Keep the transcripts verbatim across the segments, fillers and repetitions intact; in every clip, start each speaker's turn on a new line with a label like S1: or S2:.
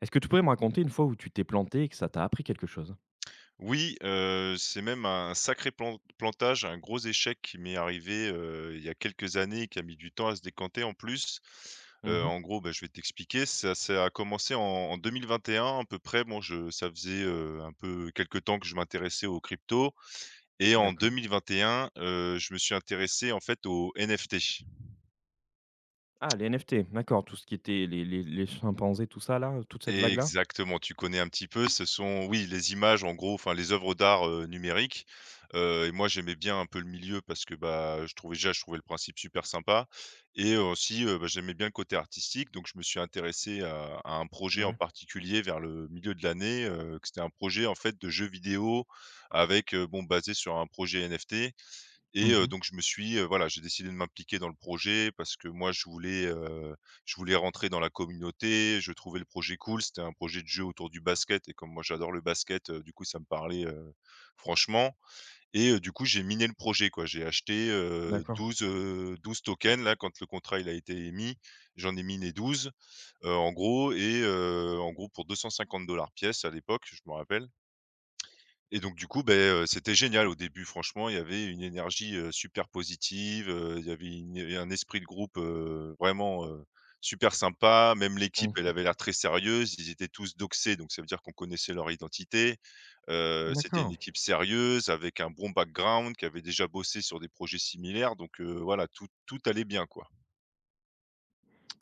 S1: Est-ce que tu pourrais me raconter une fois où tu t'es planté et que ça t'a appris quelque chose?
S2: Oui, heu, c'est même un sacré plan plantage, un gros échec qui m'est arrivé, heu, il y a quelques années et qui a mis du temps à se décanter en plus. Heu,
S1: Mmh.
S2: en gros, bah, je vais t'expliquer, ça ça a commencé en en deux mille vingt et un à peu près. Bon, je ça faisait, heu, un peu quelques temps que je m'intéressais aux cryptos et en
S1: D'accord.
S2: deux mille vingt et un, heu, je me suis intéressé en fait aux N F T.
S1: Ah, les N F T, d'accord, tout ce qui était les les les chimpanzés, tout ça là, toute cette vague-là?
S2: Exactement, tu connais un petit peu. Ce sont, oui, les images en gros, enfin les œuvres d'art, heu, numériques, heu et moi j'aimais bien un peu le milieu parce que, bah, je trouvais déjà, je trouvais le principe super sympa et aussi, heu, bah, j'aimais bien le côté artistique donc je me suis intéressé à à un projet
S1: Ah
S2: en
S1: ouais.
S2: particulier vers le milieu de l'année, heu, que c'était un projet en fait de jeu vidéo avec, heu, bon basé sur un projet N F T et heu,
S1: Mmh.
S2: donc je me suis, heu, voilà, j'ai décidé de m'impliquer dans le projet parce que moi je voulais, heu, je voulais rentrer dans la communauté. Je trouvais le projet cool. C'était un projet de jeu autour du basket et comme moi j'adore le basket, heu, du coup ça me parlait, heu, franchement et heu, du coup j'ai miné le projet, quoi. J'ai acheté, heu,
S1: D'accord.
S2: douze heu, douze tokens là quand le contrat il a été émis. J'en ai miné douze heu, en gros et heu, en gros pour deux cent cinquante pièce à l'époque, je me rappelle, et donc du coup, ben, heu, c'était génial au début franchement, il y avait une énergie, heu, super positive, heu, il y avait une un esprit de groupe, heu, vraiment, heu, super sympa. Même l'équipe, elle
S1: Mmh.
S2: avait l'air très sérieuse, ils étaient tous doxés, donc ça veut dire qu'on connaissait leur identité. Heu, c'était une
S1: D'accord.
S2: équipe sérieuse avec un bon background, qui avait déjà bossé sur des projets similaires, donc heu, voilà, tout tout allait bien, quoi.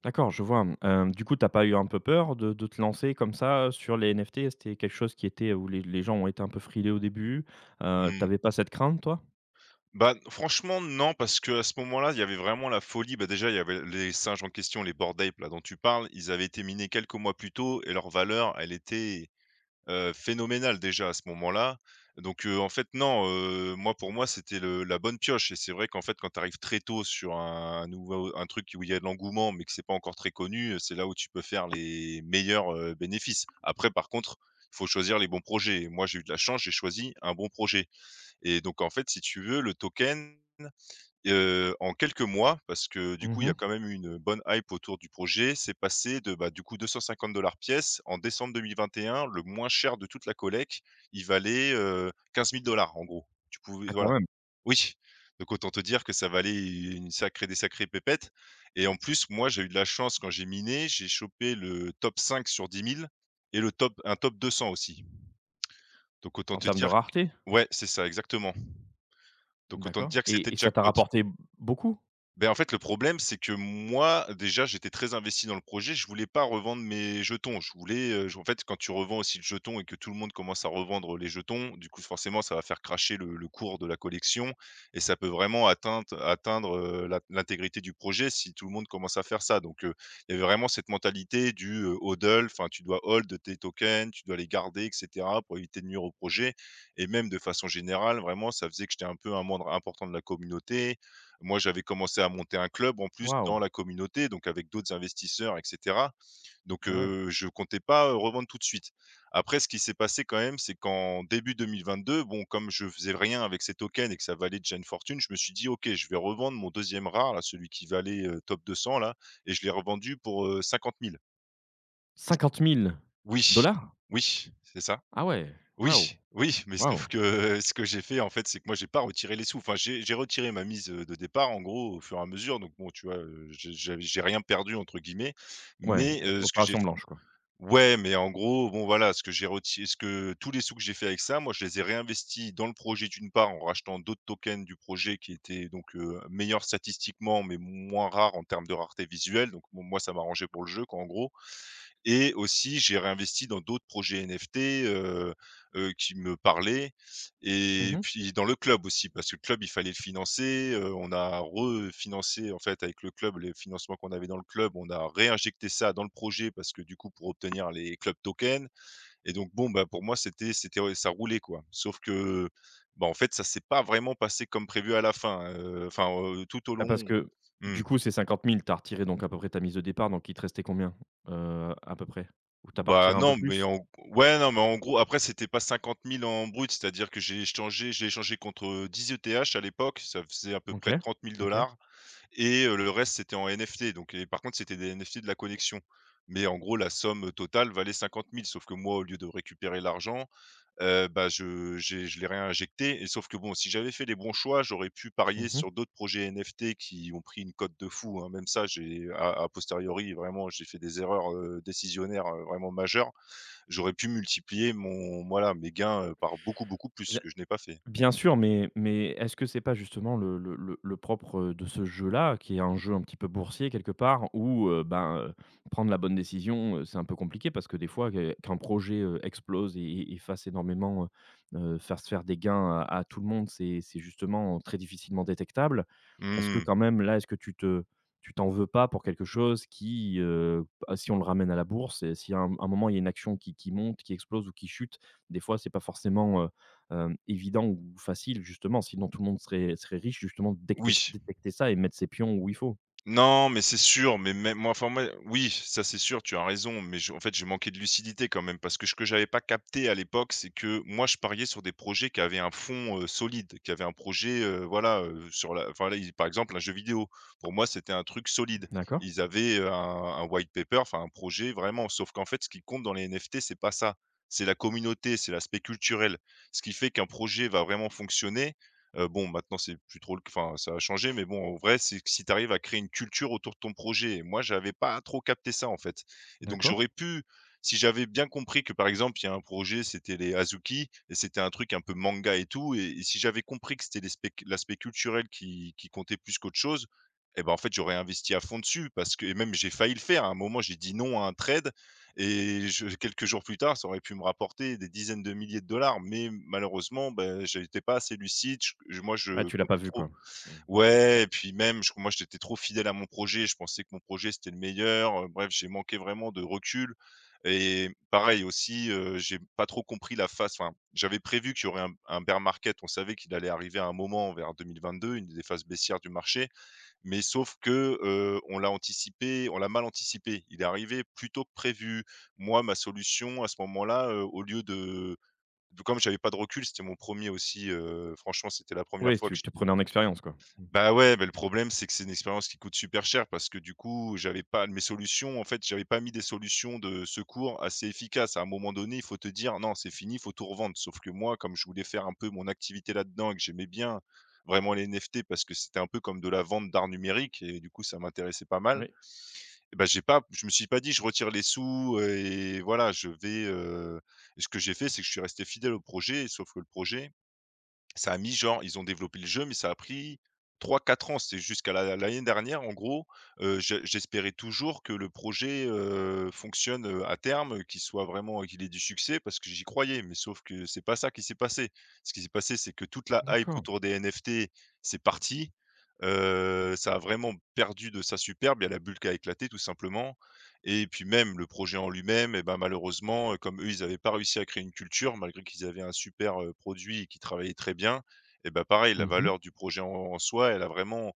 S1: D'accord, je vois. Hem, du coup, t'as pas eu un peu peur de de te lancer comme ça, heu, sur les N F T? C'était quelque chose qui était où les les gens ont été un peu frileux au début, heu,
S2: Mmh.
S1: tu pas cette crainte toi?
S2: Bah, franchement, non, parce que à ce moment-là, il y avait vraiment la folie. Bah, déjà, il y avait les singes en question, les Bored Ape, là, dont tu parles. Ils avaient été minés quelques mois plus tôt et leur valeur, elle était, heu, phénoménale déjà à ce moment-là. Donc, heu, en fait, non, heu, moi, pour moi, c'était le la bonne pioche et c'est vrai qu'en fait, quand tu arrives très tôt sur un nouveau un truc où il y a de l'engouement, mais que c'est pas encore très connu, c'est là où tu peux faire les meilleurs, heu, bénéfices. Après, par contre, il faut choisir les bons projets et moi, j'ai eu de la chance, j'ai choisi un bon projet. Et donc en fait, si tu veux, le token, heu, en quelques mois, parce que du
S1: Mmh
S2: coup, il y a
S1: mh.
S2: quand même eu une bonne hype autour du projet, c'est passé de, bah, du coup, deux cent cinquante dollars pièce. En décembre deux mille vingt et un, le moins cher de toute la collecte, il valait, heu, quinze mille en gros. Tu pouvais,
S1: Ah quand
S2: voilà.
S1: même,
S2: Oui, donc autant te dire que ça valait une sacrée des sacrées pépettes et en plus, moi, j'ai eu de la chance quand j'ai miné, j'ai chopé le top cinq sur dix mille et le top un top deux cents aussi. Donc autant
S1: en
S2: te
S1: termes de
S2: dire q
S1: rareté?
S2: Ouais, c'est ça, exactement. Donc autant te
S1: D'accord,
S2: dire que c'était
S1: et et ça t'a
S2: jackpot.
S1: rapporté beaucoup?
S2: Ben en fait, le problème, c'est que moi, déjà, j'étais très investi dans le projet. Je voulais pas revendre mes jetons. Je voulais, heu, j En fait, quand tu revends aussi le jeton et que tout le monde commence à revendre les jetons, du coup, forcément, ça va faire cracher le le cours de la collection et ça peut vraiment atteindre atteindre, heu, l'int l'intégrité du projet si tout le monde commence à faire ça. Donc, heu, il y avait vraiment cette mentalité du, heu, hodl, enfin, tu dois hold tes tokens, tu dois les garder et cetera pour éviter de nuire au projet, et même de façon générale, vraiment, ça faisait que j'étais un peu un membre important de la communauté. Moi, j'avais commencé à monter un club en plus dans
S1: Waouh!
S2: la communauté, donc avec d'autres investisseurs et cetera. Donc,
S1: Ah ouais.
S2: heu, je comptais pas, heu, revendre tout de suite. Après ce qui s'est passé quand même, c'est qu'en début deux mille vingt-deux, bon, comme je faisais rien avec ces tokens et que ça valait déjà une fortune, je me suis dit: «OK, je vais revendre mon deuxième rare là, celui qui valait, heu, top deux cents là», et je l'ai revendu pour, heu, cinquante mille.
S1: Cinquante mille
S2: Oui,
S1: dollars
S2: oui, c'est ça.
S1: Ah ouais!
S2: Oui,
S1: Waouh!
S2: oui, mais sauf
S1: Waouh!
S2: que ce que j'ai fait, en fait, c'est que moi, j'ai pas retiré les sous. Enfin, j'ai j'ai retiré ma mise, heu, de départ, en gros, au fur et à mesure. Donc bon, tu vois, heu, j'ai j'avais j'ai rien «perdu» entre guillemets,
S1: Ouais,
S2: mais heu, ce que j'ai
S1: opération blanche, quoi.
S2: ouais, mais en gros, bon, voilà, ce que j'ai retiré, ce que tous les sous que j'ai fait avec ça, moi, je les ai réinvestis dans le projet, d'une part, en rachetant d'autres tokens du projet qui étaient donc heu, meilleurs statistiquement, mais moins rares en termes de rareté visuelle. Donc bon, moi, ça m'arrangeait pour le jeu, quoi, en gros, et aussi j'ai réinvesti dans d'autres projets N F T, heu heu, qui me parlaient,
S1: Mmh
S2: et
S1: mh.
S2: puis dans le club aussi parce que le club, il fallait le financer. Heu, on a refinancé en fait avec le club, les financements qu'on avait dans le club, on a réinjecté ça dans le projet parce que du coup pour obtenir les club tokens, et donc bon, bah, pour moi c'était c'était, ouais, ça roulait quoi. Sauf que, bah, en fait ça s'est pas vraiment passé comme prévu à la fin, hein, heu, enfin, heu, tout au
S1: Ah parce
S2: long.
S1: que,
S2: Mmh.
S1: du coup, ces cinquante mille, tu as retiré donc à peu près ta mise de départ, donc il te restait combien, heu, à peu près? Ou tu as pas
S2: Bah,
S1: retiré un peu
S2: non, mais
S1: plus?
S2: en ouais, non, mais en gros, après, c'était pas cinquante mille en brut, c'est-à-dire que j'ai échangé j'ai échangé contre, heu, dix E T H à l'époque, ça faisait à peu
S1: OK,
S2: près trente mille,
S1: OK.
S2: et heu, le reste, c'était en N F T, donc, et par contre, c'était des N F T de la collection. Mais en gros, la somme, euh, totale valait cinquante mille, sauf que moi, au lieu de récupérer l'argent, heu, bah, je j'ai je l'ai réinjecté, et sauf que bon, si j'avais fait les bons choix, j'aurais pu
S1: Mmh
S2: parier sur
S1: mh.
S2: d'autres projets N F T qui ont pris une cote de fou, hein. Même ça, j'ai a à posteriori, vraiment, j'ai fait des erreurs, heu, décisionnaires, heu, vraiment majeures. J'aurais pu multiplier mon voilà, mes gains, heu, par beaucoup, beaucoup plus, ce
S1: Bien
S2: que je n'ai pas fait.
S1: Bien sûr, mais mais est-ce que c'est pas justement le le le le propre, de ce jeu-là, qui est un jeu un petit peu boursier quelque part où, heu, ben, heu, prendre la bonne décision, heu, c'est un peu compliqué parce que des fois que qu'un projet, heu, explose et et et fasse énormément, heu heu, fasse faire des gains à à tout le monde, c'est c'est justement très difficilement détectable. Est-ce que
S2: Hmm,
S1: quand même là, est-ce que tu te tu t'en veux pas pour quelque chose qui, heu, bah, si on le ramène à la bourse et si à un un moment il y a une action qui qui monte, qui explose ou qui chute, des fois c'est pas forcément, hem, évident ou facile justement, sinon tout le monde serait serait riche justement de décter
S2: oui.
S1: détecter ça et mettre ses pions où il faut.
S2: Non, mais c'est sûr, mais même moi, enfin, moi oui, ça c'est sûr, tu as raison, mais je en fait, j'ai manqué de lucidité quand même, parce que ce que j'avais pas capté à l'époque, c'est que moi, je pariais sur des projets qui avaient un fond, heu, solide, qui avaient un projet, heu, voilà, heu, sur la enfin, là, il par exemple, un jeu vidéo. Pour moi, c'était un truc solide.
S1: D'accord,
S2: Ils avaient, heu, un un white paper, enfin, un projet vraiment, sauf qu'en fait, ce qui compte dans les N F T, c'est pas ça. C'est la communauté, c'est l'aspect culturel. Ce qui fait qu'un projet va vraiment fonctionner, Heu, bon, maintenant, c'est plus trop le enfin, ça a changé, mais bon, en vrai, c'est que si tu arrives à créer une culture autour de ton projet. Et moi, j'avais pas trop capté ça, en fait. Et donc
S1: d'accord.
S2: j'aurais pu, si j'avais bien compris que, par exemple, il y a un projet, c'était les Azuki et c'était un truc un peu manga et tout. Et et si j'avais compris que c'était les spec l'aspect culturel qui qui comptait plus qu'autre chose, et ben en fait, j'aurais investi à fond dessus, parce que, et même, j'ai failli le faire. À un moment, j'ai dit non à un trade et je quelques jours plus tard, ça aurait pu me rapporter des dizaines de milliers de dollars, mais malheureusement, ben, j'étais pas assez lucide, je je moi,
S1: Ouais,
S2: je
S1: tu l'as pas
S2: comptais
S1: vu,
S2: trop.
S1: quoi? Mmh.
S2: Ouais, et puis même, je moi, j'étais trop fidèle à mon projet, je pensais que mon projet, c'était le meilleur, heu, bref, j'ai manqué vraiment de recul. Et pareil aussi, heu, j'ai pas trop compris la phase enfin, j'avais prévu qu'il y aurait un un bear market, on savait qu'il allait arriver à un moment vers deux mille vingt-deux, une des phases baissières du marché, mais sauf que, heu, on l'a anticipé, on l'a mal anticipé. Il est arrivé plus tôt que prévu. Moi, ma solution à ce moment-là, heu, au lieu de de comme j'avais pas de recul, c'était mon premier aussi, heu, franchement, c'était la première
S1: Oui,
S2: fois que
S1: tu te prenais en expérience, quoi? Mmh.
S2: bah, ouais, mais le problème, c'est que c'est une expérience qui coûte super cher parce que du coup, j'avais pas mes solutions en fait, j'avais pas mis des solutions de secours assez efficaces. À un moment donné, il faut te dire: «Non, c'est fini, il faut tout revendre». Sauf que moi, comme je voulais faire un peu mon activité là-dedans et que j'aimais bien vraiment les N F T parce que c'était un peu comme de la vente d'art numérique et du coup, ça m'intéressait pas mal.
S1: Oui.
S2: Et ben j'ai pas je me suis pas dit: «Je retire les sous euh, et voilà, je vais, heu» et ce que j'ai fait, c'est que je suis resté fidèle au projet, sauf que le projet ça a mis genre ils ont développé le jeu, mais ça a pris trois quatre ans. C'est jusqu'à la l'année dernière, en gros, heu, je j'espérais toujours que le projet, heu, fonctionne, heu, à terme, qu'il soit vraiment qu'il ait du succès parce que j'y croyais, mais sauf que c'est pas ça qui s'est passé. Ce qui s'est passé, c'est que toute la hype
S1: D'accord.
S2: autour des N F T, c'est parti, heu, ça a vraiment perdu de sa superbe. Il y a la bulle qui a éclaté tout simplement et puis même le projet en lui-même et ben malheureusement, heu, comme eux, ils n'avaient pas réussi à créer une culture malgré qu'ils avaient un super, heu, produit et qu'ils travaillaient très bien et ben pareil, la
S1: Mmh.
S2: valeur du projet en en soi, elle a vraiment,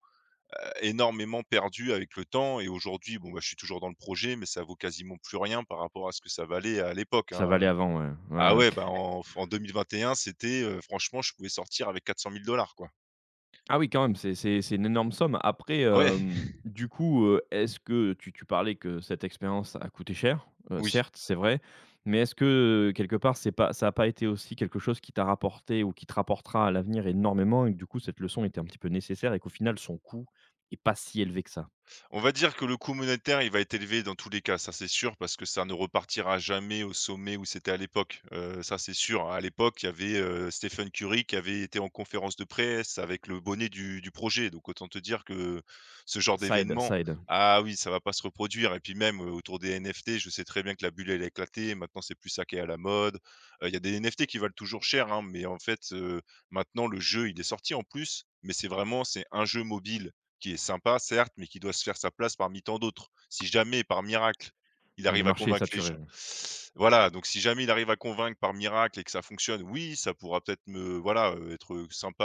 S2: heu, énormément perdu avec le temps et aujourd'hui, bon, bah, je suis toujours dans le projet, mais ça vaut quasiment plus rien par rapport à ce que ça valait à l'époque, hein.
S1: Ça valait avant, ouais. Ouais,
S2: Ah
S1: ouais.
S2: ouais, bah, en en deux mille vingt et un c'était, heu, franchement, je pouvais sortir avec quatre cent mille dollars quoi.
S1: Ah oui, quand même, c'est c'est c'est une énorme somme. Après,
S2: Ouais,
S1: hem, du coup, heu, est-ce que tu tu parlais que cette expérience a coûté cher? Heu,
S2: oui.
S1: certes, c'est vrai, mais est-ce que, quelque part, c'est pas ça a pas été aussi quelque chose qui t'a rapporté ou qui te rapportera à l'avenir énormément et que du coup, cette leçon était un petit peu nécessaire et qu'au final, son coût est pas si élevé que ça?
S2: On va dire que le coût monétaire, il va être élevé dans tous les cas, ça c'est sûr, parce que ça ne repartira jamais au sommet où c'était à l'époque. Heu, ça c'est sûr. À l'époque, il y avait, heu, Stephen Curry qui avait été en conférence de presse avec le bonnet du du projet, donc autant te dire que ce genre
S1: Ça aide,
S2: d'événement
S1: ça aide.
S2: ah oui, ça va pas se reproduire et puis même, heu, autour des N F T, je sais très bien que la bulle, elle a éclaté. Maintenant, c'est plus ça qui est à la mode. Heu, il y a des N F T qui valent toujours cher, hein, mais en fait, heu, maintenant le jeu, il est sorti en plus, mais c'est vraiment c'est un jeu mobile qui est sympa certes, mais qui doit se faire sa place parmi tant d'autres. Si jamais par miracle, il
S1: Ah, le
S2: arrive à
S1: marché est
S2: convaincre les
S1: saturé,
S2: gens
S1: ouais.
S2: voilà, donc si jamais il arrive à convaincre par miracle et que ça fonctionne, oui, ça pourra peut-être me voilà, heu, être, sympa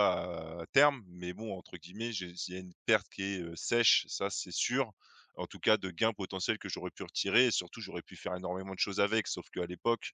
S2: à à terme, mais bon entre guillemets, j'ai il y a une perte qui est, heu, «sèche», ça c'est sûr. En tout cas de gains potentiels que j'aurais pu retirer et surtout j'aurais pu faire énormément de choses avec, sauf qu'à l'époque,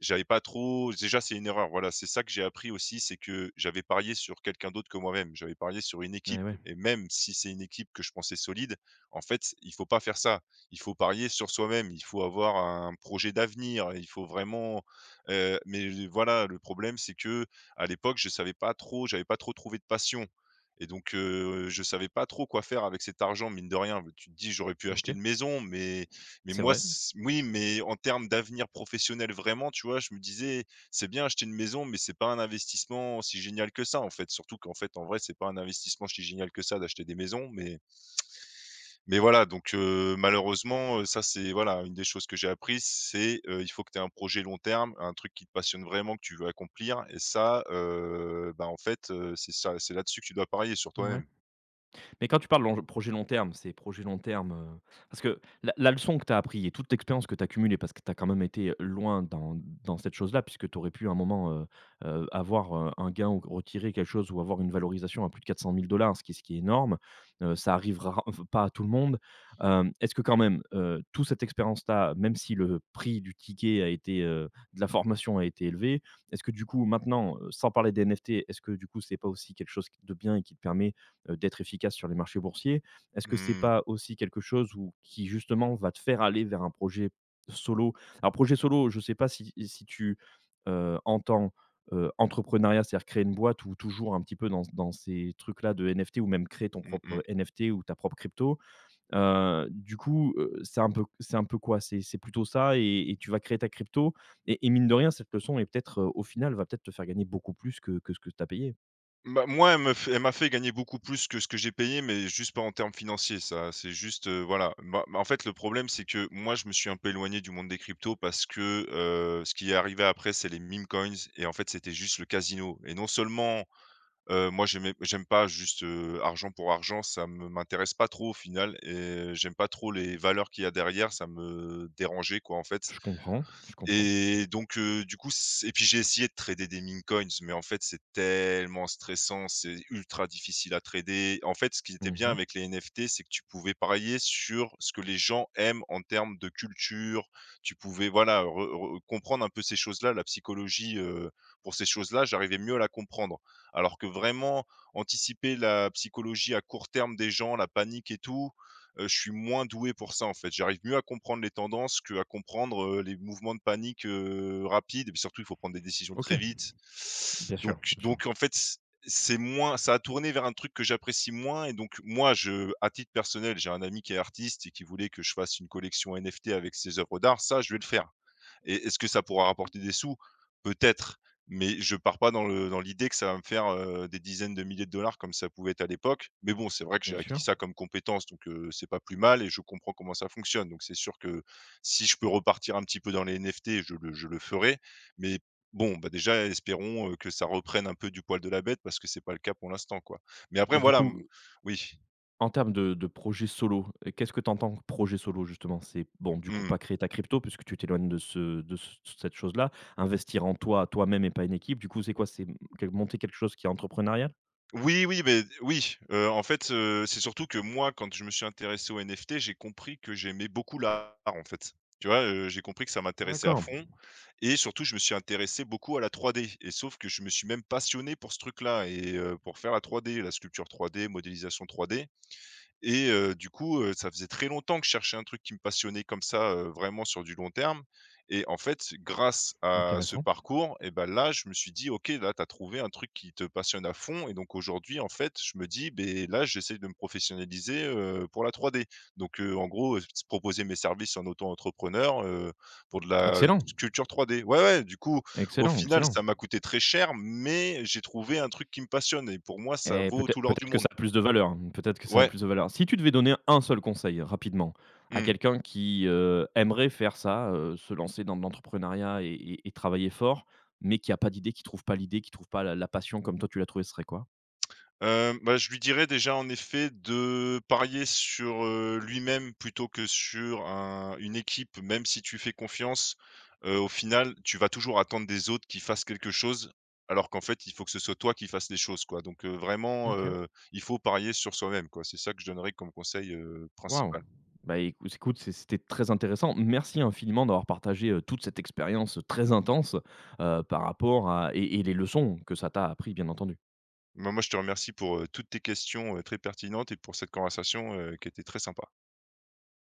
S2: j'avais pas trop déjà, c'est une erreur, voilà, c'est ça que j'ai appris aussi, c'est que j'avais parié sur quelqu'un d'autre que moi-même. J'avais parié sur une
S1: Eh
S2: équipe
S1: ouais,
S2: et même si c'est une équipe que je pensais solide, en fait, il faut pas faire ça. Il faut parier sur soi-même, il faut avoir un projet d'avenir, il faut vraiment, heu, mais voilà, le problème, c'est que à l'époque, je savais pas trop, j'avais pas trop trouvé de passion et donc heu, je savais pas trop quoi faire avec cet argent, mine de rien. Tu te dis: «J'aurais pu acheter
S1: OK,
S2: une maison» mais mais
S1: c'est
S2: moi
S1: vrai.
S2: c oui, mais en termes d'avenir professionnel vraiment, tu vois? Je me disais: «C'est bien acheter une maison, mais c'est pas un investissement si génial que ça», en fait. Surtout qu'en fait, en vrai, c'est pas un investissement si génial que ça d'acheter des maisons, mais mais voilà, donc heu, malheureusement, heu, ça c'est voilà, une des choses que j'ai apprises, c'est, heu, il faut que tu aies un projet long terme, un truc qui te passionne vraiment, que tu veux accomplir et ça, heu, bah, en fait, heu, c'est ça c'est là-dessus que tu dois parier, sur
S1: Ouais.
S2: toi-même.
S1: Mais quand tu parles long projet long terme, c'est projet long terme, heu, parce que la la leçon que tu as appris et toute l'expérience que tu as cumulée, parce que tu as quand même été, loin dans dans cette chose-là, puisque tu aurais pu à un moment, heu heu, avoir, heu, un gain ou retirer quelque chose ou avoir une valorisation à plus de quatre cent mille, ce qui ce qui est énorme. Heu, ça arrive pas à tout le monde. Hem, est-ce que quand même, heu, toute cette expérience-là, même si le prix du ticket a été, heu, de la formation a été élevé, est-ce que du coup maintenant, heu, sans parler des N F T, est-ce que du coup c'est pas aussi quelque chose de bien et qui te permet, heu, d'être efficace sur les marchés boursiers. Est-ce que c'est
S2: Mmh.
S1: pas aussi quelque chose où qui justement va te faire aller vers un projet solo? Alors projet solo, je sais pas si si tu, heu, entends, heu, entrepreneuriat, c'est-à-dire créer une boîte ou toujours un petit peu dans dans ces trucs-là de N F T ou même créer ton
S2: Mmh mh.
S1: propre N F T ou ta propre crypto. Heu, du coup, heu, c'est un peu c'est un peu quoi? C'est c'est plutôt ça et et tu vas créer ta crypto et et mine de rien, cette leçon est peut-être, heu, au final va peut-être te faire gagner beaucoup plus que que ce que tu as payé?
S2: Bah, moi, elle me f elle m'a fait gagner beaucoup plus que ce que j'ai payé, mais juste pas en termes financiers, ça. C'est juste, heu, voilà. Bah, bah, en fait, le problème, c'est que moi, je me suis un peu éloigné du monde des cryptos parce que, heu, ce qui est arrivé après, c'est les meme coins et en fait, c'était juste le casino et non seulement, heu, moi, j'aimais j'aime pas juste, heu, argent pour argent, ça me m'intéresse pas trop au final et j'aime pas trop les valeurs qu'il y a derrière, ça me dérangeait, quoi, en fait.
S1: Je comprends, je comprends.
S2: Et donc heu, du coup c et puis j'ai essayé de trader des mincoins, mais en fait, c'est tellement stressant, c'est ultra difficile à trader. En fait, ce qui était bien
S1: Mmh.
S2: avec les N F T, c'est que tu pouvais parier sur ce que les gens aiment en termes de culture. Tu pouvais, voilà, re re comprendre un peu ces choses-là, la psychologie, heu, pour ces choses-là, j'arrivais mieux à la comprendre. Alors que vraiment, anticiper la psychologie à court terme des gens, la panique et tout, heu, je suis moins doué pour ça, en fait. J'arrive mieux à comprendre les tendances que à comprendre, heu, les mouvements de panique, heu, rapides et puis surtout, il faut prendre des décisions très
S1: OK.
S2: vite.
S1: Bien sûr,
S2: Donc
S1: bien sûr.
S2: donc en fait, c c'est moins ça a tourné vers un truc que j'apprécie moins et donc moi, je à titre personnel, j'ai un ami qui est artiste et qui voulait que je fasse une collection N F T avec ses œuvres d'art. Ça, je vais le faire. Et est-ce que ça pourra rapporter des sous? Peut-être, mais je pars pas dans le dans l'idée que ça va me faire, heu, des dizaines de milliers de dollars comme ça pouvait être à l'époque. Mais bon, c'est vrai que
S1: Bien
S2: j'ai
S1: sûr.
S2: acquis ça comme compétence, donc heu, c'est pas plus mal et je comprends comment ça fonctionne. Donc c'est sûr que si je peux repartir un petit peu dans les N F T, je le je le ferai. Mais bon, bah, déjà espérons, heu, que ça reprenne un peu du poil de la bête parce que c'est pas le cas pour l'instant, quoi. Mais après
S1: Et du
S2: voilà, mmh
S1: coup,
S2: oui.
S1: en termes de de projet solo, heu, qu'est-ce que tu entends projet solo justement? C'est bon, du coup,
S2: Mmh.
S1: pas créer ta crypto puisque tu t'éloignes de ce de ce cette chose-là, investir en toi, toi-même et pas une équipe. Du coup, c'est quoi? C'est quel monter quelque chose qui est entrepreneurial?
S2: Oui, oui, mais oui, heu, en fait, heu, c'est surtout que moi, quand je me suis intéressé aux N F T, j'ai compris que j'aimais beaucoup l'art, en fait. Tu vois? Heu, j'ai compris que ça m'intéressait à
S1: D'accord,
S2: fond et surtout, je me suis intéressé beaucoup à la trois D et sauf que je me suis même passionné pour ce truc-là et heu, pour faire la trois D, la sculpture trois D, modélisation trois D et heu, du coup, heu, ça faisait très longtemps que je cherchais un truc qui me passionnait comme ça, heu, vraiment sur du long terme et en fait, grâce à ce
S1: intéressant.
S2: parcours et ben là, je me suis dit: «OK, là, tu as trouvé un truc qui te passionne à fond» et donc aujourd'hui, en fait, je me dis: ben là, j'essaie de me professionnaliser, heu, pour la trois D». Donc heu, en gros, heu, s proposer mes services en auto-entrepreneur, heu, pour de la
S1: Excellent,
S2: sculpture trois D. Ouais, ouais, du coup, au
S1: excellent,
S2: final,
S1: excellent.
S2: ça m'a coûté très cher mais j'ai trouvé un truc qui me passionne et pour moi, ça
S1: Et
S2: vaut tout
S1: peut-être
S2: l'or du
S1: peut-être que
S2: monde.
S1: ça a plus de valeur, hein, peut-être que ça a
S2: Ouais.
S1: plus de valeur. Si tu devais donner un seul conseil rapidement à
S2: Mmh.
S1: quelqu'un qui, heu, aimerait faire ça, heu, se lancer dans de l'entrepreneuriat et et et travailler fort, mais qui n'a pas d'idée, qui trouve pas l'idée, qui trouve pas la la passion comme toi tu l'as trouvé, ce serait quoi?
S2: Heu, bah, je lui dirais déjà en effet de parier sur, heu, lui-même plutôt que sur un une équipe. Même si tu fais confiance, heu, au final, tu vas toujours attendre des autres qu'ils fassent quelque chose, alors qu'en fait, il faut que ce soit toi qui fasses les choses, quoi. Donc, heu, vraiment,
S1: OK.
S2: heu, il faut parier sur soi-même, quoi. C'est ça que je donnerais comme conseil, heu,
S1: Waouh!
S2: principal.
S1: Bah, écou écoute, c'est c'était très intéressant. Merci infiniment d'avoir partagé, heu, toute cette expérience, très intense, heu, par rapport à et et les leçons que ça t'a appris, bien entendu.
S2: Bah, moi, je te remercie pour, heu, toutes tes questions, heu, très pertinentes et pour cette conversation, heu, qui était très sympa.